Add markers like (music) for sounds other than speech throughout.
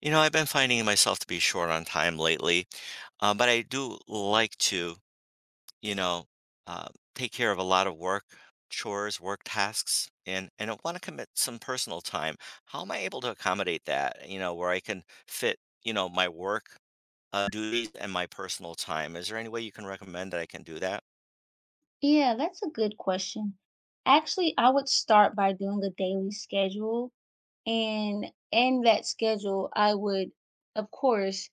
I've been finding myself to be short on time lately, but I do like to, you know, uh, take care of a lot of work chores, work tasks, and I want to commit some personal time. How am I able to accommodate that? You know, where I can fit, my work duties and my personal time. Is there any way you can recommend that I can do that? Yeah, that's a good question. Actually, I would start by doing a daily schedule, and in that schedule, I would, of course,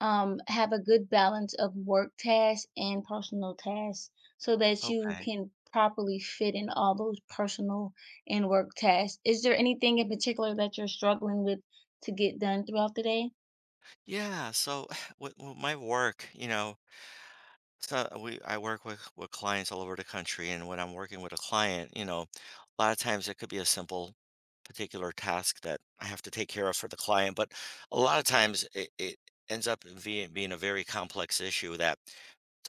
have a good balance of work tasks and personal tasks so that you Okay. can properly fit in all those personal and work tasks. Is there anything in particular that you're struggling with to get done throughout the day? Yeah. So (sighs) with my work, So we I work with clients all over the country, and when I'm working with a client, a lot of times it could be a simple particular task that I have to take care of for the client, but a lot of times it ends up being a very complex issue that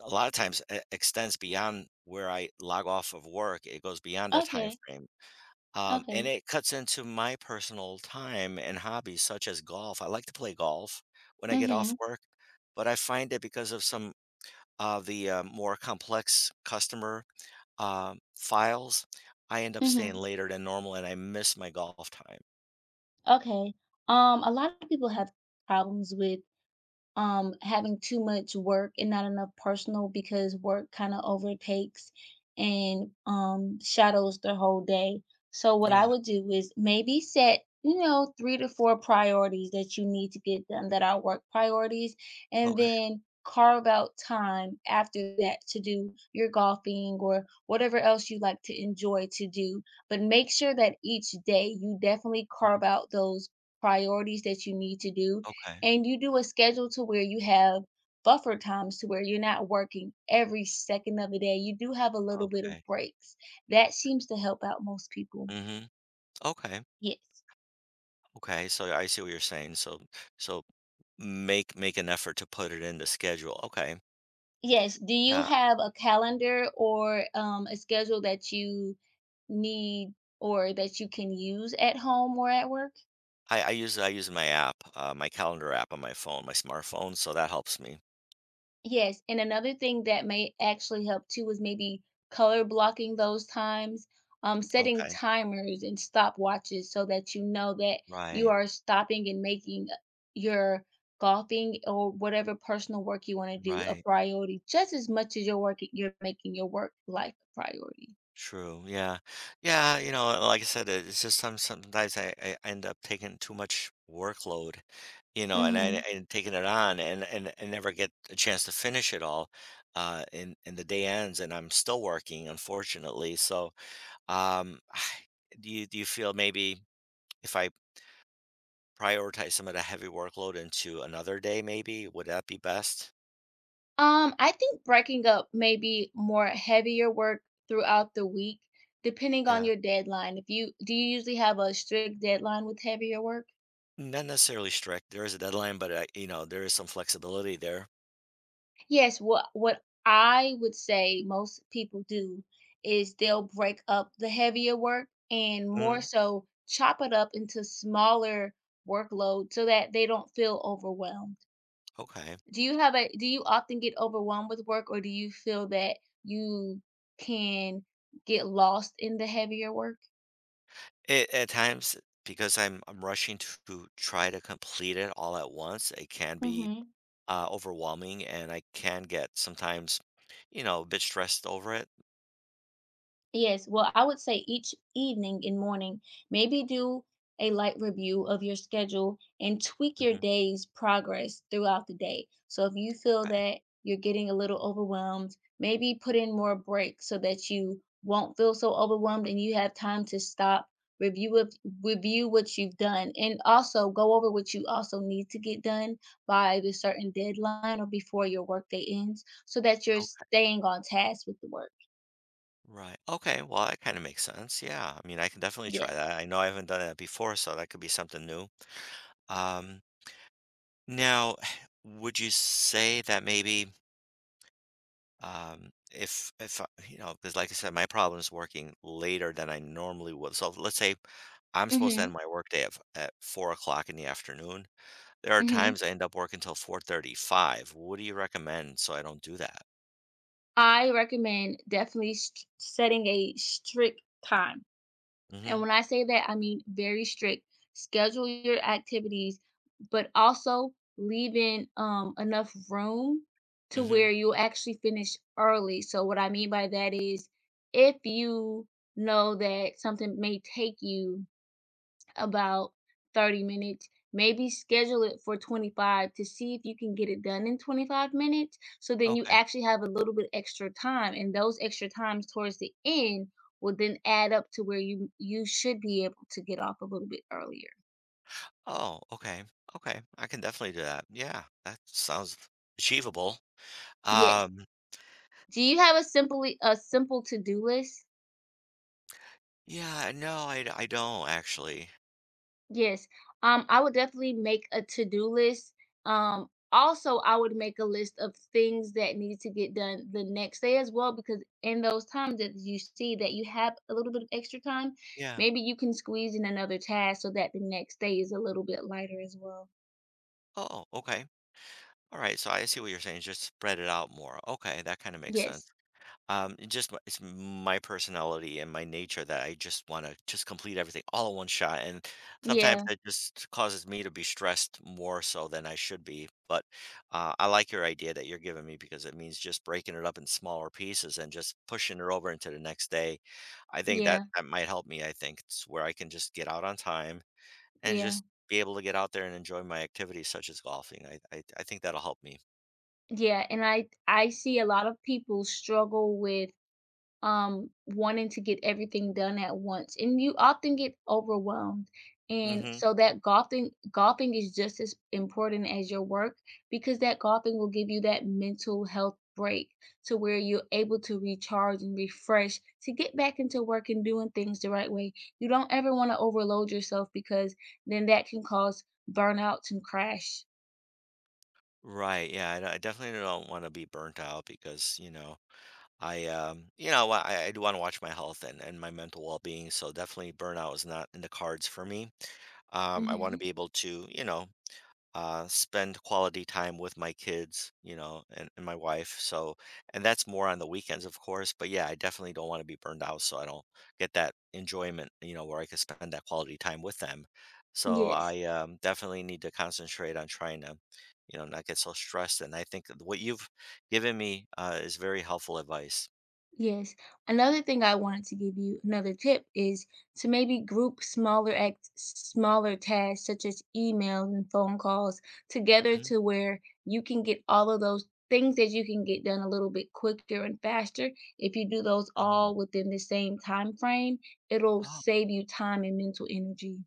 a lot of times extends beyond where I log off of work. It goes beyond that time Okay, frame. And okay. it cuts into my personal time and hobbies such as golf. I like to play golf when I get off Mm-hmm. work, but I find that because of some of the more complex customer files, I end up staying Mm-hmm. later than normal and I miss my golf time. Okay. A lot of people have problems with having too much work and not enough personal, because work kind of overtakes and shadows the whole day. So what Yeah. I would do is maybe set, you know, three to four priorities that you need to get done that are work priorities, and Okay. then carve out time after that to do your golfing or whatever else you like to enjoy to do. But make sure that each day you definitely Mhm. carve out those priorities that you need to do, Okay. and you do a schedule to where you have buffer times to where you're not working every second of the day. You do have a little bit of Okay. breaks. That seems to help out most people. Hmm. Okay. Yes. Okay, so I see what you're saying. So make an effort to put it in the schedule. Okay. Yes. Do you Yeah. have a calendar or a schedule that you need, or that you can use at home or at work? I use my app, my calendar app on my phone, my smartphone, so that helps me. Yes, and another thing that may actually help too is maybe color blocking those times, setting Okay. timers and stopwatches so that you know that you Right. are stopping and making your golfing or whatever personal work you want to do a Right. priority just as much as you're working, you're making your work life a priority. True. Yeah. Yeah. You know, like I said, it- it's just some sometimes I end up taking too much workload, you know, and I Hmm. and taking it on and never get a chance to finish it all. And the day ends, and I'm still working, unfortunately. So, um, (sighs) do you feel maybe if I prioritize some of the heavy workload into another day, maybe would that be best? I think breaking up maybe more heavier work throughout the week, depending on Yeah. your deadline. If you do you usually have a strict deadline with heavier work? Not necessarily strict. There is a deadline, but you know, there is some flexibility there. Yes, what I would say most people do is they'll break up the heavier work and more Hmm. so chop it up into smaller workload so that they don't feel overwhelmed. Okay. Do you often get overwhelmed with work, or do you feel that you can get lost in the heavier work? It at times, because I'm rushing to try to complete it all at once, it can be overwhelming, and I can get sometimes, you know, a bit stressed over it. Yes, well, I would say each evening and morning, maybe do a light review of your schedule and tweak your Mhm. day's progress throughout the day. So if you feel Okay. that you're getting a little overwhelmed, maybe put in more breaks so that you won't feel so overwhelmed and you have time to stop, review of, review what you've done, and also go over what you also need to get done by the certain deadline or before your workday ends so that you're Okay. staying on task with the work. Right. Okay, well, that kind of makes sense. Yeah, I mean, I can definitely try Yes. that. I know I haven't done that before, so that could be something new. Um, Now, (sighs) would you say that maybe? If I, you know, because like I said, my problem is working later than I normally would. So let's say I'm supposed to end Mhm. my workday at 4 o'clock in the afternoon. There are Mhm. times I end up working till 4:35. What do you recommend so I don't do that? I recommend definitely st setting a strict time, Mm-hmm. and when I say that, I mean very strict. Schedule your activities, but also leaving, enough room to Mm-hmm. where you'll actually finish early. So what I mean by that is if you know that something may take you about 30 minutes. Maybe schedule it for 25 to see if you can get it done in 25 minutes. So then you Okay. actually have a little bit extra time, and those extra times towards the end will then add up to where you should be able to get off a little bit earlier. Oh, okay. Okay, I can definitely do that. Yeah, that sounds achievable. Yes. Um, Do you have a simple to-do list? yeah, no, I don't actually. Yes. I would definitely make a to-do list. Also, I would make a list of things that need to get done the next day as well, because in those times that you see that you have a little bit of extra time, Yeah. maybe you can squeeze in another task so that the next day is a little bit lighter as well. Oh, okay. All right, so I see what you're saying. Just spread it out more. Okay, that kind of makes sense. Yes. It's my personality and my nature that I just want to just complete everything all in one shot, and sometimes Yeah. that just causes me to be stressed more so than I should be. But I like your idea that you're giving me because it means just breaking it up in smaller pieces and just pushing it over into the next day. I think that Yeah. that might help me. I think it's where I can just get out on time and Yeah. just be able to get out there and enjoy my activities such as golfing. I think that'll help me. Yeah. And I see a lot of people struggle with wanting to get everything done at once, and you often get overwhelmed. And Hmm. so that golfing is just as important as your work, because that golfing will give you that mental health break to where you're able to recharge and refresh to get back into work and doing things the right way. You don't ever want to overload yourself, because then that can cause burnout and crash. Right. Yeah. I definitely don't want to be burnt out because, you know, I do want to watch my health and my mental well being. So definitely burnout is not in the cards for me. I want to Hmm. be able to, spend quality time with my kids, and my wife. So, and that's more on the weekends, of course. But yeah, I definitely don't want to be burned out, so I don't get that enjoyment, you know, where I could spend that quality time with them. So Yes. I, definitely need to concentrate on trying to, not get so stressed. And I think what you've given me is very helpful advice. Yes. Another thing I wanted to give you, another tip is to maybe group smaller act smaller tasks such as emails and phone calls together Mhm. to where you can get all of those things that you can get done a little bit quicker and faster. If you do those all within the same time frame, it'll Oh, save you time and mental energy.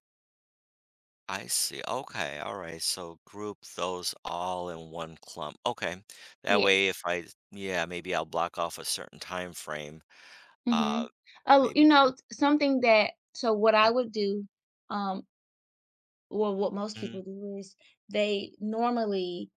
I see. Okay. All right, so group those all in one clump. Okay. That way, Yes. if I, yeah, maybe I'll block off a certain time frame. Mm-hmm. Uh, Oh, maybe. you know, If- t- something that so what I Yeah. would do, um, or what most Hmm. people do is they normally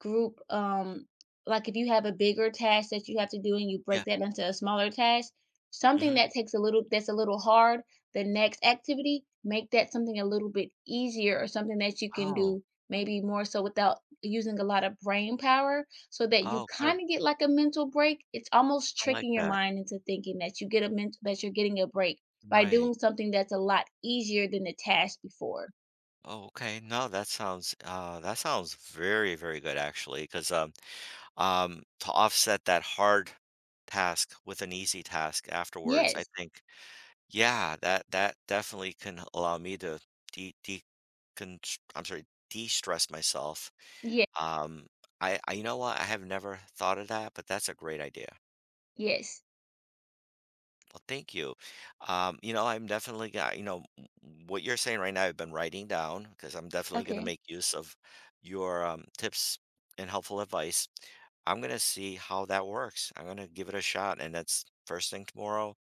group like if you have a bigger task that you have to do and you Yeah. break that into a smaller task, something Hmm. that takes a little that's a little hard, the next activity make that something a little bit easier, or something that you can Oh. do maybe more so without using a lot of brain power, so that you Oh, good. kind of get like a mental break. It's almost I like tricking your that. mind into thinking that you getting a break by Right. doing something that's a lot easier than the task before. Oh, okay. No, that sounds very, very good actually, because to offset that hard task with an easy task afterwards, I Yes. think. Yeah, that that definitely can allow me to de de const I'm sorry, de-stress myself. Yeah. Um, you know what? I have never thought of that, but that's a great idea. Yes. Well, thank you. You know, I'm definitely got, you know, w- what you're saying right now, I've been writing down because I'm definitely going to Okay. make use of your tips and helpful advice. I'm going to see how that works. I'm going to give it a shot. And that's first thing tomorrow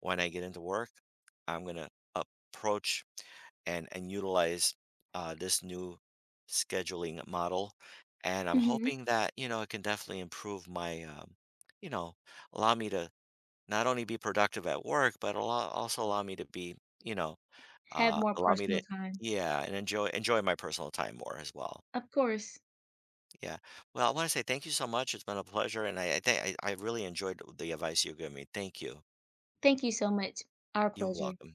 when I get into work. I'm going to approach and utilize this new scheduling model. And I'm Mhm. hoping that you know it can definitely improve my, you know, allow me to not only be productive at work, but allow, also allow me to be, you know, Have more allow me to, personal time. yeah, and enjoy my personal time more as well. Of course. Yeah. Well, I want to say thank you so much. It's been a pleasure, and I really enjoyed the advice you gave me. Thank you. Thank you so much. Our You're pleasure. welcome.